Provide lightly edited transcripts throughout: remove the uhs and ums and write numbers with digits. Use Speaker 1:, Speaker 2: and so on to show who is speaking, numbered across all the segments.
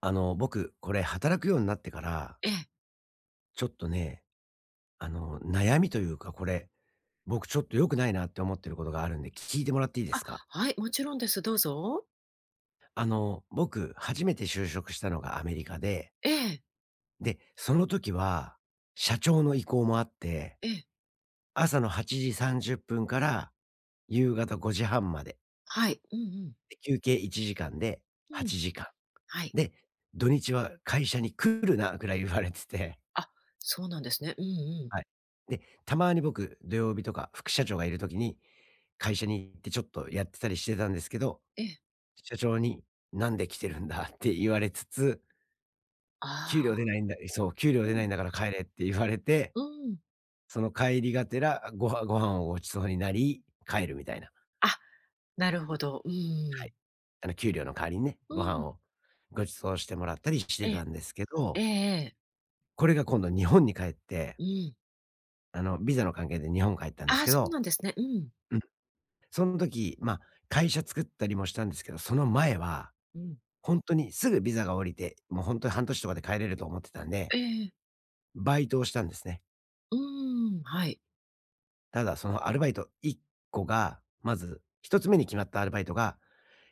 Speaker 1: 僕、これ働くようになってから、
Speaker 2: ええ。
Speaker 1: ちょっとね、悩みというか、これ、僕ちょっと良くないなって思ってることがあるんで、聞いてもらっていいで
Speaker 2: あ、
Speaker 1: すか？
Speaker 2: はい、もちろんです。どうぞ。
Speaker 1: 僕、初めて就職したのがアメリカで、
Speaker 2: ええ、
Speaker 1: で、その時は、社長の意向もあって、
Speaker 2: ええ、
Speaker 1: 朝の8時30分から夕方5時半まで、
Speaker 2: はい。うんうん。
Speaker 1: で、休憩1時間で
Speaker 2: うん、
Speaker 1: 8時
Speaker 2: は
Speaker 1: 間。
Speaker 2: い。
Speaker 1: で、土日は会社に来るなぐらい言われてて、
Speaker 2: あ、そうなんですね。うんうん。
Speaker 1: はい。で、たまに僕、土曜日とか副社長がいるときに、会社に行ってちょっとやってたりしてたんですけど、
Speaker 2: ええ。
Speaker 1: 社長に「なんで来てるんだ」って言われつつ、
Speaker 2: あ
Speaker 1: 「給料出
Speaker 2: あ、
Speaker 1: ないんだそう、給料
Speaker 2: う
Speaker 1: 出な
Speaker 2: ん、
Speaker 1: いんだから帰れ」って言われて、
Speaker 2: うん。
Speaker 1: その帰りがてら、ご飯をごちそうになり、帰るみたいな。
Speaker 2: あ、なるほど。う
Speaker 1: はい。
Speaker 2: ん。
Speaker 1: 給料の代わりにね、
Speaker 2: う
Speaker 1: ご飯
Speaker 2: ん。
Speaker 1: をごちそうしてもらったりして
Speaker 2: ええ、
Speaker 1: たんですけ
Speaker 2: ええ
Speaker 1: ど、
Speaker 2: ええ。
Speaker 1: これが今度日本に帰って、
Speaker 2: うん。
Speaker 1: ビザの関係で日本帰ったんで
Speaker 2: あ
Speaker 1: す
Speaker 2: あ、
Speaker 1: け
Speaker 2: そう
Speaker 1: ど、
Speaker 2: なんですね。うん。
Speaker 1: その時、まあ、会社作ったりもしたんですけど、その前は、
Speaker 2: うん。
Speaker 1: 本当にすぐビザが降りて、もう本当に半年とかで帰れると思ってたんで、
Speaker 2: ええ。
Speaker 1: バイトをしたんですね。
Speaker 2: うん、はい。
Speaker 1: ただそのアルバイト1個が、まず1つ目に決まったアルバイトが、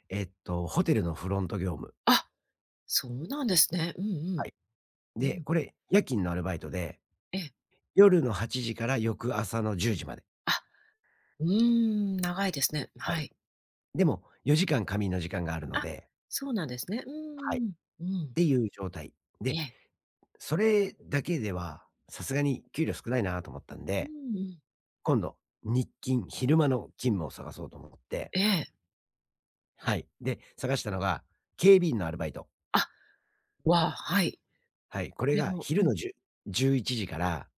Speaker 1: ホテルのフロント業務。
Speaker 2: あ、そうなんですね。うんう
Speaker 1: は
Speaker 2: ん。
Speaker 1: い。
Speaker 2: う
Speaker 1: で、
Speaker 2: ん。
Speaker 1: これ夜勤のアルバイトで、
Speaker 2: ええ。
Speaker 1: 夜の8時から翌朝の10時まで。
Speaker 2: あ、うーん、長いですね。
Speaker 1: は
Speaker 2: は
Speaker 1: い。
Speaker 2: い。
Speaker 1: でも4時間仮眠の時間があるの
Speaker 2: あ、
Speaker 1: で、
Speaker 2: そうなんですね。う
Speaker 1: はい、っ
Speaker 2: ん。うん。
Speaker 1: ていう状態。
Speaker 2: え
Speaker 1: で、
Speaker 2: え。
Speaker 1: それだけではさすがに給料少ないなと思ったん
Speaker 2: う
Speaker 1: で、
Speaker 2: んうん。
Speaker 1: 今度、日勤、昼間の勤務を探そうと思って、
Speaker 2: ええ。
Speaker 1: はい。で、探したのが、警備員のアルバイト。
Speaker 2: あ、わ、はい。
Speaker 1: はい、こ
Speaker 2: こ
Speaker 1: れ
Speaker 2: れ
Speaker 1: が
Speaker 2: もう
Speaker 1: 昼
Speaker 2: ん。
Speaker 1: の10、1時から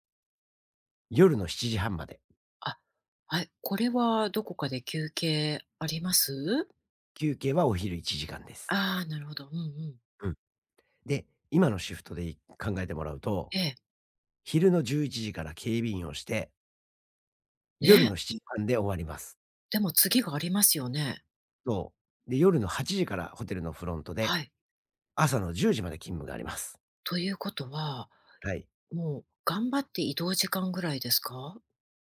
Speaker 1: 夜の7時半まで。
Speaker 2: あ、はい。これはどこかで休憩あります？
Speaker 1: 休憩はお昼1時間です。
Speaker 2: ああ、なるほど。うんうん。
Speaker 1: うん。で、今のシフトで考えてもらうと、
Speaker 2: ええ。
Speaker 1: 昼の11時から警備員をして、夜
Speaker 2: ね、
Speaker 1: の7時半で終わります。
Speaker 2: でも次がありますよね。
Speaker 1: そう。で、夜の8時からホテルのフロントで、
Speaker 2: はい。
Speaker 1: 朝の10時まで勤務があります。
Speaker 2: ということは、
Speaker 1: はい。
Speaker 2: もう頑張って移動時間ぐらいですか？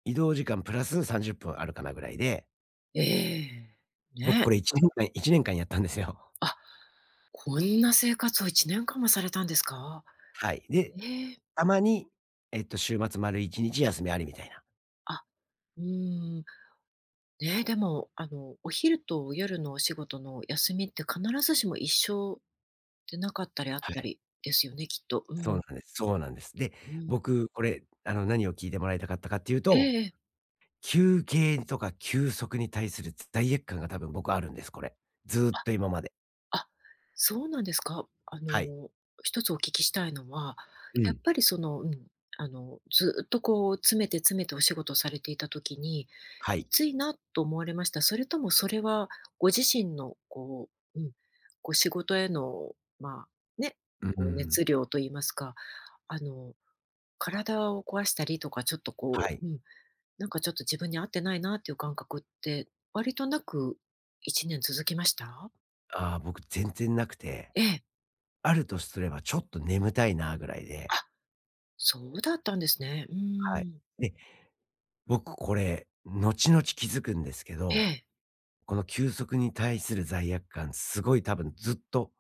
Speaker 1: 移動時間プラス30分あるかなぐらいで、
Speaker 2: ええ。
Speaker 1: 僕こ
Speaker 2: ね。
Speaker 1: れ1年間やったんですよ。
Speaker 2: あ、こんな生活を1年間もされたんですか？
Speaker 1: はい。で、
Speaker 2: ええ。
Speaker 1: たまに、週末丸1日休みありみたいな。
Speaker 2: あ、うーん。ね、でも、お昼と夜のお仕事の休みって必ずしも一緒てなかったりあっ
Speaker 1: は
Speaker 2: た
Speaker 1: い。
Speaker 2: りですよね、きっと。う
Speaker 1: そう
Speaker 2: ん、
Speaker 1: なんです。そうなんです。で、
Speaker 2: うん。
Speaker 1: 僕これ、何を聞いてもらいたかったかっていう
Speaker 2: え
Speaker 1: と、
Speaker 2: えええ。
Speaker 1: 休憩とか休息に対する罪悪感が多分僕あるんです、これ。ずーっと今まで。
Speaker 2: あ、そうなんですか。
Speaker 1: はい。
Speaker 2: 一つお聞きしたいのは、
Speaker 1: う
Speaker 2: やっ
Speaker 1: ん。
Speaker 2: ぱりその、うん、ずっとこう詰めて詰めてお仕事されていた時に、
Speaker 1: は
Speaker 2: き
Speaker 1: い。
Speaker 2: ついなと思われました？それともそれはご自身のこう、うん、こう仕事への、まあ、ね、
Speaker 1: うんうんう
Speaker 2: こう
Speaker 1: ん。
Speaker 2: 熱量と言いますか、あの、体を壊したりとか、ちょっと
Speaker 1: は
Speaker 2: こ
Speaker 1: い。
Speaker 2: う、うん、なんかちょっと自分に合ってないなっていう感覚って、割となく1年続きました？
Speaker 1: ああ、僕全然なくて、
Speaker 2: ええ。
Speaker 1: あるとすればちょっと眠たいなぐらい
Speaker 2: あ、
Speaker 1: で、
Speaker 2: そうだったんですね。うー
Speaker 1: はい。
Speaker 2: ん。
Speaker 1: で、僕これ後々気づくんですけ
Speaker 2: え
Speaker 1: ど、
Speaker 2: え、
Speaker 1: この休息に対する罪悪感、すごい多分ずっと、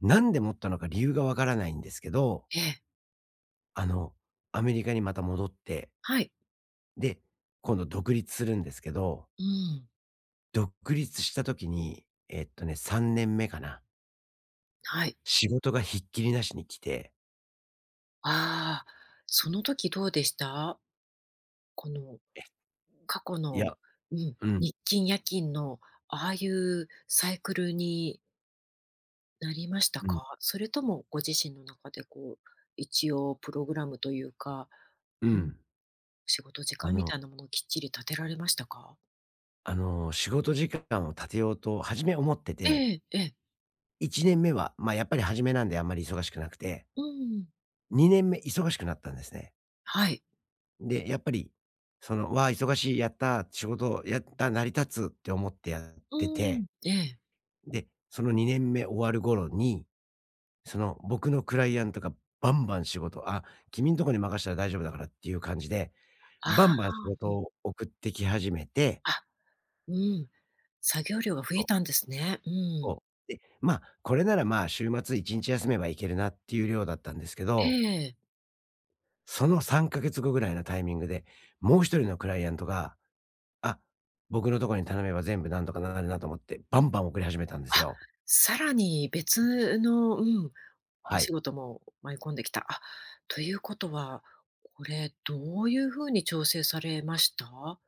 Speaker 1: なんで持ったのか理由がわからないんですけど、
Speaker 2: ええ。
Speaker 1: あの、アメリカにまた戻って、
Speaker 2: はい。
Speaker 1: で、今度独立するんですけど、
Speaker 2: うん、
Speaker 1: 独立した時に、3年目かな。
Speaker 2: はい。
Speaker 1: 仕事がひっきりなしに来て、
Speaker 2: ああ、その時どうでした？この
Speaker 1: え、
Speaker 2: 過去
Speaker 1: い
Speaker 2: の、
Speaker 1: や、
Speaker 2: うん、
Speaker 1: うん、
Speaker 2: 日勤夜勤のああいうサイクルになりました
Speaker 1: うん、
Speaker 2: か？それともご自身の中でこう、一応プログラムというか、
Speaker 1: う
Speaker 2: うん、
Speaker 1: ん。
Speaker 2: 仕事時
Speaker 1: あ
Speaker 2: 間み
Speaker 1: の、
Speaker 2: たいなものをきっちり立てられましたか？
Speaker 1: 仕事時間を立てようと初め思ってて、
Speaker 2: ええ、ええ。
Speaker 1: 1年目は、まあやっぱり初めなんであんまり忙しくなくて、
Speaker 2: うん。
Speaker 1: 2年目忙しくなったんですね。
Speaker 2: はい。
Speaker 1: で、やっぱり、わあ、忙しい、やった、仕事やった、成り立つって思ってやって
Speaker 2: う
Speaker 1: て、
Speaker 2: ん、ええ。
Speaker 1: で、その2年目終わる頃に、その僕のクライアントがバンバン仕事、あ、君んとこに任したら大丈夫だからっていう感じで、バ
Speaker 2: ああ、
Speaker 1: ンバン仕
Speaker 2: う
Speaker 1: 事
Speaker 2: ん。
Speaker 1: を送ってき始めて、
Speaker 2: あ、うん、作業量が増
Speaker 1: そ
Speaker 2: え
Speaker 1: う、
Speaker 2: たんですね。う
Speaker 1: そ
Speaker 2: ん。
Speaker 1: う。で、まあ、これならまあ、週末1日休めばいけるなっていう量だったんですけ
Speaker 2: え
Speaker 1: ど、
Speaker 2: え。
Speaker 1: その3ヶ月後ぐらいのタイミングで、もう一人のクライアントがあ、僕のとこに頼めば全部なんとかなるなと思って、バンバン送り始めたんで
Speaker 2: あ、
Speaker 1: すよ。
Speaker 2: さらに別の、うん、お
Speaker 1: は
Speaker 2: 仕
Speaker 1: い。
Speaker 2: 事も舞い込んできた。あ、ということは、これどういうふうに調整されました？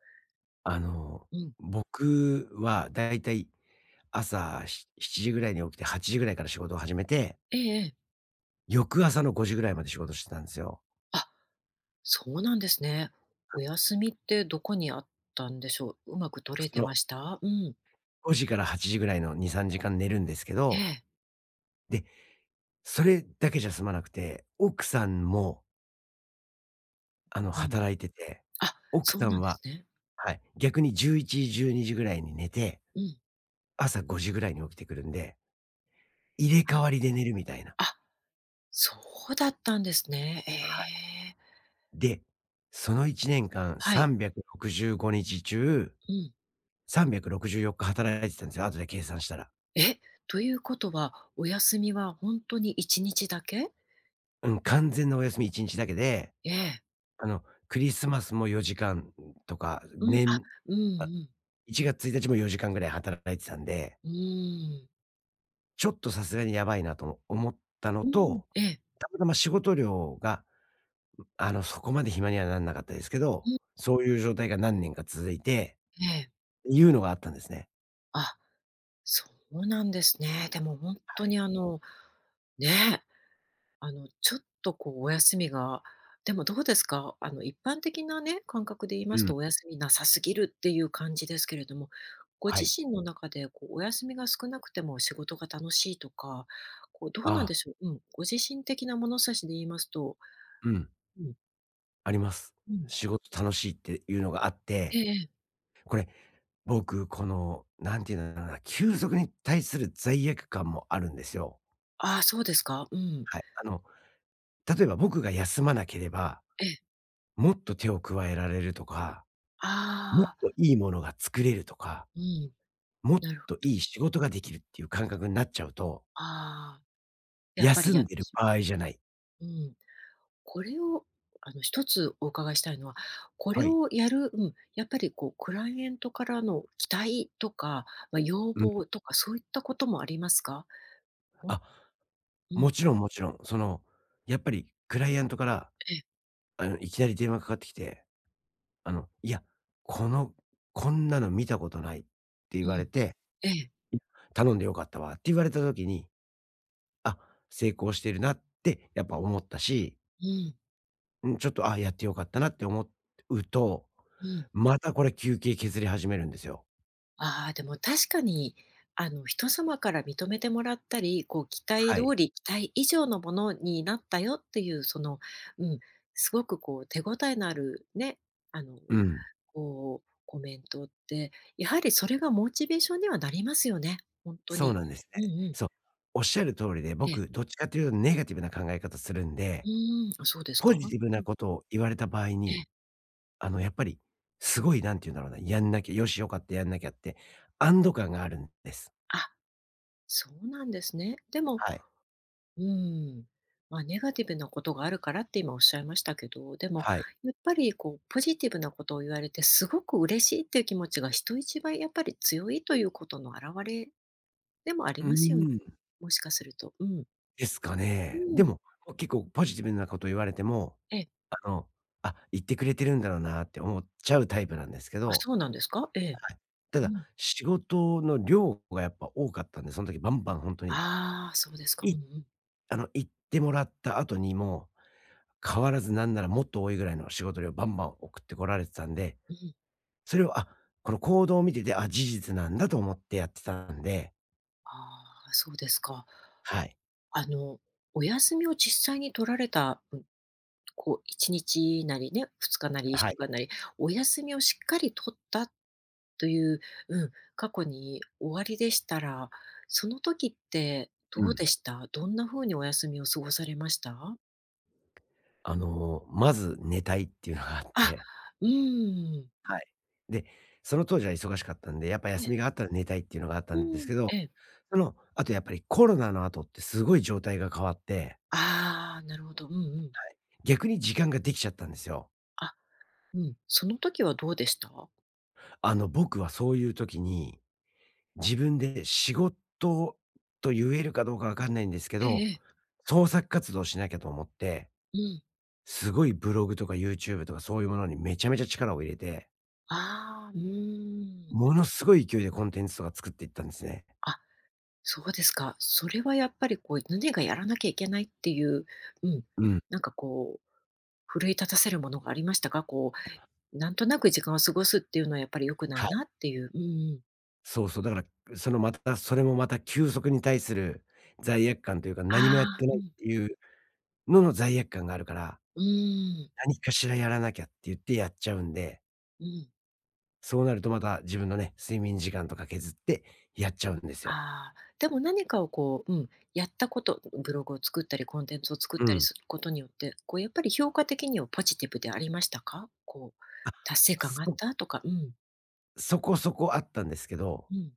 Speaker 1: あの、
Speaker 2: うん。
Speaker 1: 僕はだいたい朝7時ぐらいに起きて8時ぐらいから仕事を始めて、
Speaker 2: ええええ。
Speaker 1: 翌朝の5時ぐらいまで仕事してたんですよ。
Speaker 2: あ、そうなんですね。お
Speaker 1: はい。
Speaker 2: 休みってどこにあったんでしょう？うまく取れ
Speaker 1: そ
Speaker 2: てま
Speaker 1: の
Speaker 2: した？うん。
Speaker 1: 5時から8時ぐらいの2、3時間寝るんですけ
Speaker 2: え
Speaker 1: ど、
Speaker 2: え。
Speaker 1: で、それだけじゃ済まなくて、奥さんも、
Speaker 2: うん。
Speaker 1: 働いてて、
Speaker 2: あ、
Speaker 1: 奥
Speaker 2: そ
Speaker 1: さ
Speaker 2: うな
Speaker 1: ん
Speaker 2: んで
Speaker 1: は、
Speaker 2: すね。
Speaker 1: はい、逆に11時、12時ぐらいに寝て、
Speaker 2: うん。
Speaker 1: 朝5時ぐらいに起きてくるんで、入れ
Speaker 2: あ、
Speaker 1: 替わりで寝るみたいな。
Speaker 2: あ、そうだったんですね。え
Speaker 1: はい。
Speaker 2: え。
Speaker 1: で、その1年間
Speaker 2: はい。
Speaker 1: 365日中、
Speaker 2: うん。
Speaker 1: 364日働いてたんですよ、後で計算したら。
Speaker 2: え、ということは、お休みはほんとに1日だけ？
Speaker 1: うん、完全なお休み1日だけで、
Speaker 2: ええ。
Speaker 1: クリスマスも4時間とか、
Speaker 2: うん、あ、うんう
Speaker 1: あ、
Speaker 2: ん。
Speaker 1: 1月1日も4時間ぐらい働いてたんで、
Speaker 2: うーん。
Speaker 1: ちょっとさすがにやばいなと思ったの
Speaker 2: うん、
Speaker 1: と、
Speaker 2: ええ、
Speaker 1: たまたま仕事量が、そこまで暇にはなんなかったですけど、
Speaker 2: うん、
Speaker 1: そういう状態が何年か続いて、
Speaker 2: ええ。
Speaker 1: いうのがあったんですね。
Speaker 2: あ、そうなんですね。でもほん
Speaker 1: は
Speaker 2: と
Speaker 1: い。
Speaker 2: にね、ちょっとこうお休みが、でもどうですか？一般的なね、感覚で言い
Speaker 1: う
Speaker 2: ます
Speaker 1: ん。
Speaker 2: と、お休みなさすぎるっていう感じですけれども、ご
Speaker 1: は
Speaker 2: 自
Speaker 1: い。
Speaker 2: 身の中でこうお休みが少なくても仕事が楽しいとか、こうどうなん
Speaker 1: あ
Speaker 2: で
Speaker 1: あ、
Speaker 2: しょう？うん、ご自身的な物差しで言いますと、
Speaker 1: うん、
Speaker 2: うん、
Speaker 1: あります。
Speaker 2: うん、
Speaker 1: 仕事楽しいっていうのがあっ
Speaker 2: え
Speaker 1: て、
Speaker 2: えええ。
Speaker 1: これ、僕、この、なんていうんだろうな、休息に対する罪悪感もあるんですよ。
Speaker 2: ああ、そうですか？うん。
Speaker 1: はい。例えば僕が休まなければ、
Speaker 2: ええ。
Speaker 1: もっと手を加えられるとか、もっ
Speaker 2: ああ、
Speaker 1: といいものが作れるとか、
Speaker 2: うん、
Speaker 1: もっ
Speaker 2: なるほ
Speaker 1: と
Speaker 2: ど。
Speaker 1: いい仕事ができるっていう感覚になっちゃうと、
Speaker 2: ああ、やっぱり
Speaker 1: 休
Speaker 2: やっ
Speaker 1: ん
Speaker 2: て
Speaker 1: でる
Speaker 2: しま
Speaker 1: 場
Speaker 2: う
Speaker 1: 合じゃない。
Speaker 2: うん。これを、一つお伺いしたいのは、こ
Speaker 1: は
Speaker 2: れ
Speaker 1: い。
Speaker 2: をやるうん、やっぱりこう、クライエントからの期待とか、まあ、要
Speaker 1: うん。
Speaker 2: 望とか、そういったこともありますか？も
Speaker 1: あ、
Speaker 2: う
Speaker 1: も
Speaker 2: ん、
Speaker 1: ちろんもちろん、やっぱりクライアントから、
Speaker 2: ええ、
Speaker 1: いきなり電話かかってきて、いや、この、こんなの見たことないって言
Speaker 2: う
Speaker 1: われ
Speaker 2: ん、
Speaker 1: て、
Speaker 2: ええ、
Speaker 1: い頼んでよかったわって言われた時に、あ、成功してるなってやっぱ思ったし、
Speaker 2: うん、
Speaker 1: うん、ちょっと、あ、やってよかったなって思うと、
Speaker 2: うん。
Speaker 1: またこれ休憩削り始めるんですよ。
Speaker 2: ああ、でも確かに、人様から認めてもらったり、こう、期待
Speaker 1: はい。
Speaker 2: 通り、期待以上のものになったよっていう、その、うん、すごくこう手応えのあるね、あの
Speaker 1: うん。
Speaker 2: こう、コメントって、やはりそれがモチベーションにはなりますよね、ほんと
Speaker 1: そう
Speaker 2: に。
Speaker 1: なんです
Speaker 2: うんう
Speaker 1: ね。
Speaker 2: ん。
Speaker 1: そう。おっしゃる通りで、
Speaker 2: ええ。
Speaker 1: 僕どっちかっていうとネガティブな考え方するん
Speaker 2: う
Speaker 1: で、
Speaker 2: ーん、あ、そうです
Speaker 1: ポ
Speaker 2: か？
Speaker 1: ジティブ
Speaker 2: う
Speaker 1: な
Speaker 2: ん。
Speaker 1: ことを言われた場合
Speaker 2: え
Speaker 1: に、
Speaker 2: え。
Speaker 1: やっぱり、すごいなんて言うんだろうな、やんなきゃ、よし、よかった、やんなきゃって、安堵感があるんです。
Speaker 2: あ、そうなんですね。でも、
Speaker 1: はい。
Speaker 2: うーん、まあ、ネガティブなことがあるからって今おっしゃいましたけど、でも
Speaker 1: はい。
Speaker 2: やっぱりこうポジティブなことを言われてすごく嬉しいっていう気持ちが人一倍やっぱり強いということの表れでもあり
Speaker 1: う
Speaker 2: ますよね
Speaker 1: ーん。
Speaker 2: もしかすると。うん。
Speaker 1: ですか
Speaker 2: う
Speaker 1: ね。
Speaker 2: ー
Speaker 1: で
Speaker 2: ん。
Speaker 1: も、結構ポジティブなこと言われても、
Speaker 2: ええ。
Speaker 1: あの、あ、言ってくれてるんだろうなって思っちゃうタイプなんですけ
Speaker 2: あ、
Speaker 1: ど、
Speaker 2: そうなんですか？え
Speaker 1: は
Speaker 2: え。
Speaker 1: い。た
Speaker 2: う
Speaker 1: だ、
Speaker 2: ん。
Speaker 1: 仕事の量がやっぱ多かったんで、その時バンバン本当に、
Speaker 2: ああ、そうですか。うん
Speaker 1: い
Speaker 2: うん。
Speaker 1: あの、行ってもらった後にも、変わらずなんならもっと多いぐらいの仕事量バンバン送ってこられてたんで、
Speaker 2: うん。
Speaker 1: それを、あ、この行動を見てて、あ、事実なんだと思ってやってたんで、
Speaker 2: ああ、そうですか。
Speaker 1: はい。
Speaker 2: あの、お休みを実際に取られた、うん、こう1日なりね、2日なり1
Speaker 1: はい。
Speaker 2: 週間なり、お休みをしっかり取ったという、うん、過去に終わりでしたら、その時ってど
Speaker 1: う
Speaker 2: う
Speaker 1: ん。
Speaker 2: でした？どんな風にお休みを過ごされました？
Speaker 1: まず寝たいっていうのがあっ
Speaker 2: あ、
Speaker 1: て、
Speaker 2: うーん。
Speaker 1: はい。で、その当時は忙しかったんで、やっぱ
Speaker 2: え、
Speaker 1: 休みがあったら寝たいっていうのがあったんで
Speaker 2: う
Speaker 1: す
Speaker 2: ん、
Speaker 1: けど、
Speaker 2: ええ。
Speaker 1: あとやっぱりコロナの後ってすごい状態が変わって、
Speaker 2: ああ、なるほど。うんうん。
Speaker 1: 逆に時間ができちゃったんですよ。
Speaker 2: あ、うん、その時はどうでした？
Speaker 1: 僕はそういう時に、自分で仕事と言えるかどうかわかんないんですけ
Speaker 2: ええ
Speaker 1: ど、
Speaker 2: ええ。
Speaker 1: 創作活動しなきゃと思って、
Speaker 2: うん。
Speaker 1: すごいブログとか YouTube とかそういうものにめちゃめちゃ力を入れて、
Speaker 2: ああ、うーん。
Speaker 1: ものすごい勢いでコンテンツとか作っていったんですね。
Speaker 2: あ、そうですか。それはやっぱりこう、何がやらなきゃいけないっていう、うん、
Speaker 1: うん。
Speaker 2: なんかこう、奮い立たせるものがありましたか？こう、なんとなく時間を過ごすっていうのはやっぱり良くな
Speaker 1: は
Speaker 2: い
Speaker 1: い。
Speaker 2: なっていう。うんうん。
Speaker 1: そうそう、だから、そのまた、それもまた休息に対する罪悪感というか、何もやっ
Speaker 2: あ
Speaker 1: てな
Speaker 2: あ、
Speaker 1: いっていうのの罪悪感があるから、
Speaker 2: うん、
Speaker 1: 何かしらやらなきゃって言ってやっちゃうんで、
Speaker 2: うん。
Speaker 1: そうなるとまた自分のね、睡眠時間とか削ってやっちゃうんですよ。
Speaker 2: ああ、でも何かをこう、うん、やったこと、ブログを作ったり、コンテンツを作っ
Speaker 1: う
Speaker 2: たり
Speaker 1: ん。
Speaker 2: することによって、こうやっぱり評価的にはポジティブでありましたか？こう、
Speaker 1: あ、
Speaker 2: 達成感があっ
Speaker 1: そ
Speaker 2: たとか、うん、
Speaker 1: そこそこあったんですけど、
Speaker 2: うん。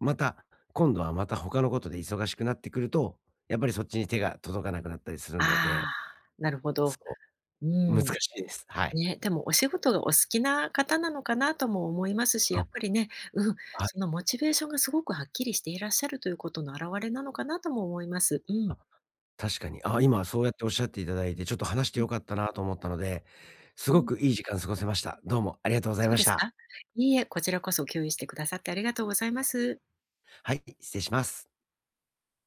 Speaker 1: また、今度はまた他のことで忙しくなってくると、やっぱりそっちに手が届かなくなったりするの
Speaker 2: あ
Speaker 1: で、
Speaker 2: あ、なるほど。
Speaker 1: そ
Speaker 2: う
Speaker 1: う、難
Speaker 2: ん。
Speaker 1: しいです。はい。
Speaker 2: ね、でもお仕事がお好きな方なのかなとも思いますし、や
Speaker 1: あ、
Speaker 2: っぱりね、うん、
Speaker 1: は
Speaker 2: そ
Speaker 1: い。
Speaker 2: のモチベーションがすごくはっきりしていらっしゃるということの表れなのかなとも思います。うん。
Speaker 1: あ、確かに。あ、
Speaker 2: うん
Speaker 1: 今そうやっておっしゃっていただいて、ちょっと話して
Speaker 2: う
Speaker 1: よ
Speaker 2: ん
Speaker 1: かったなと思ったので、す
Speaker 2: う
Speaker 1: ご
Speaker 2: ん。
Speaker 1: くいい時間過ごせました。どうもありがとうござい
Speaker 2: そう
Speaker 1: まし
Speaker 2: です
Speaker 1: た。
Speaker 2: か？いいえ、こちらこそ共有してくださってありがとうございます。
Speaker 1: はい、失礼します。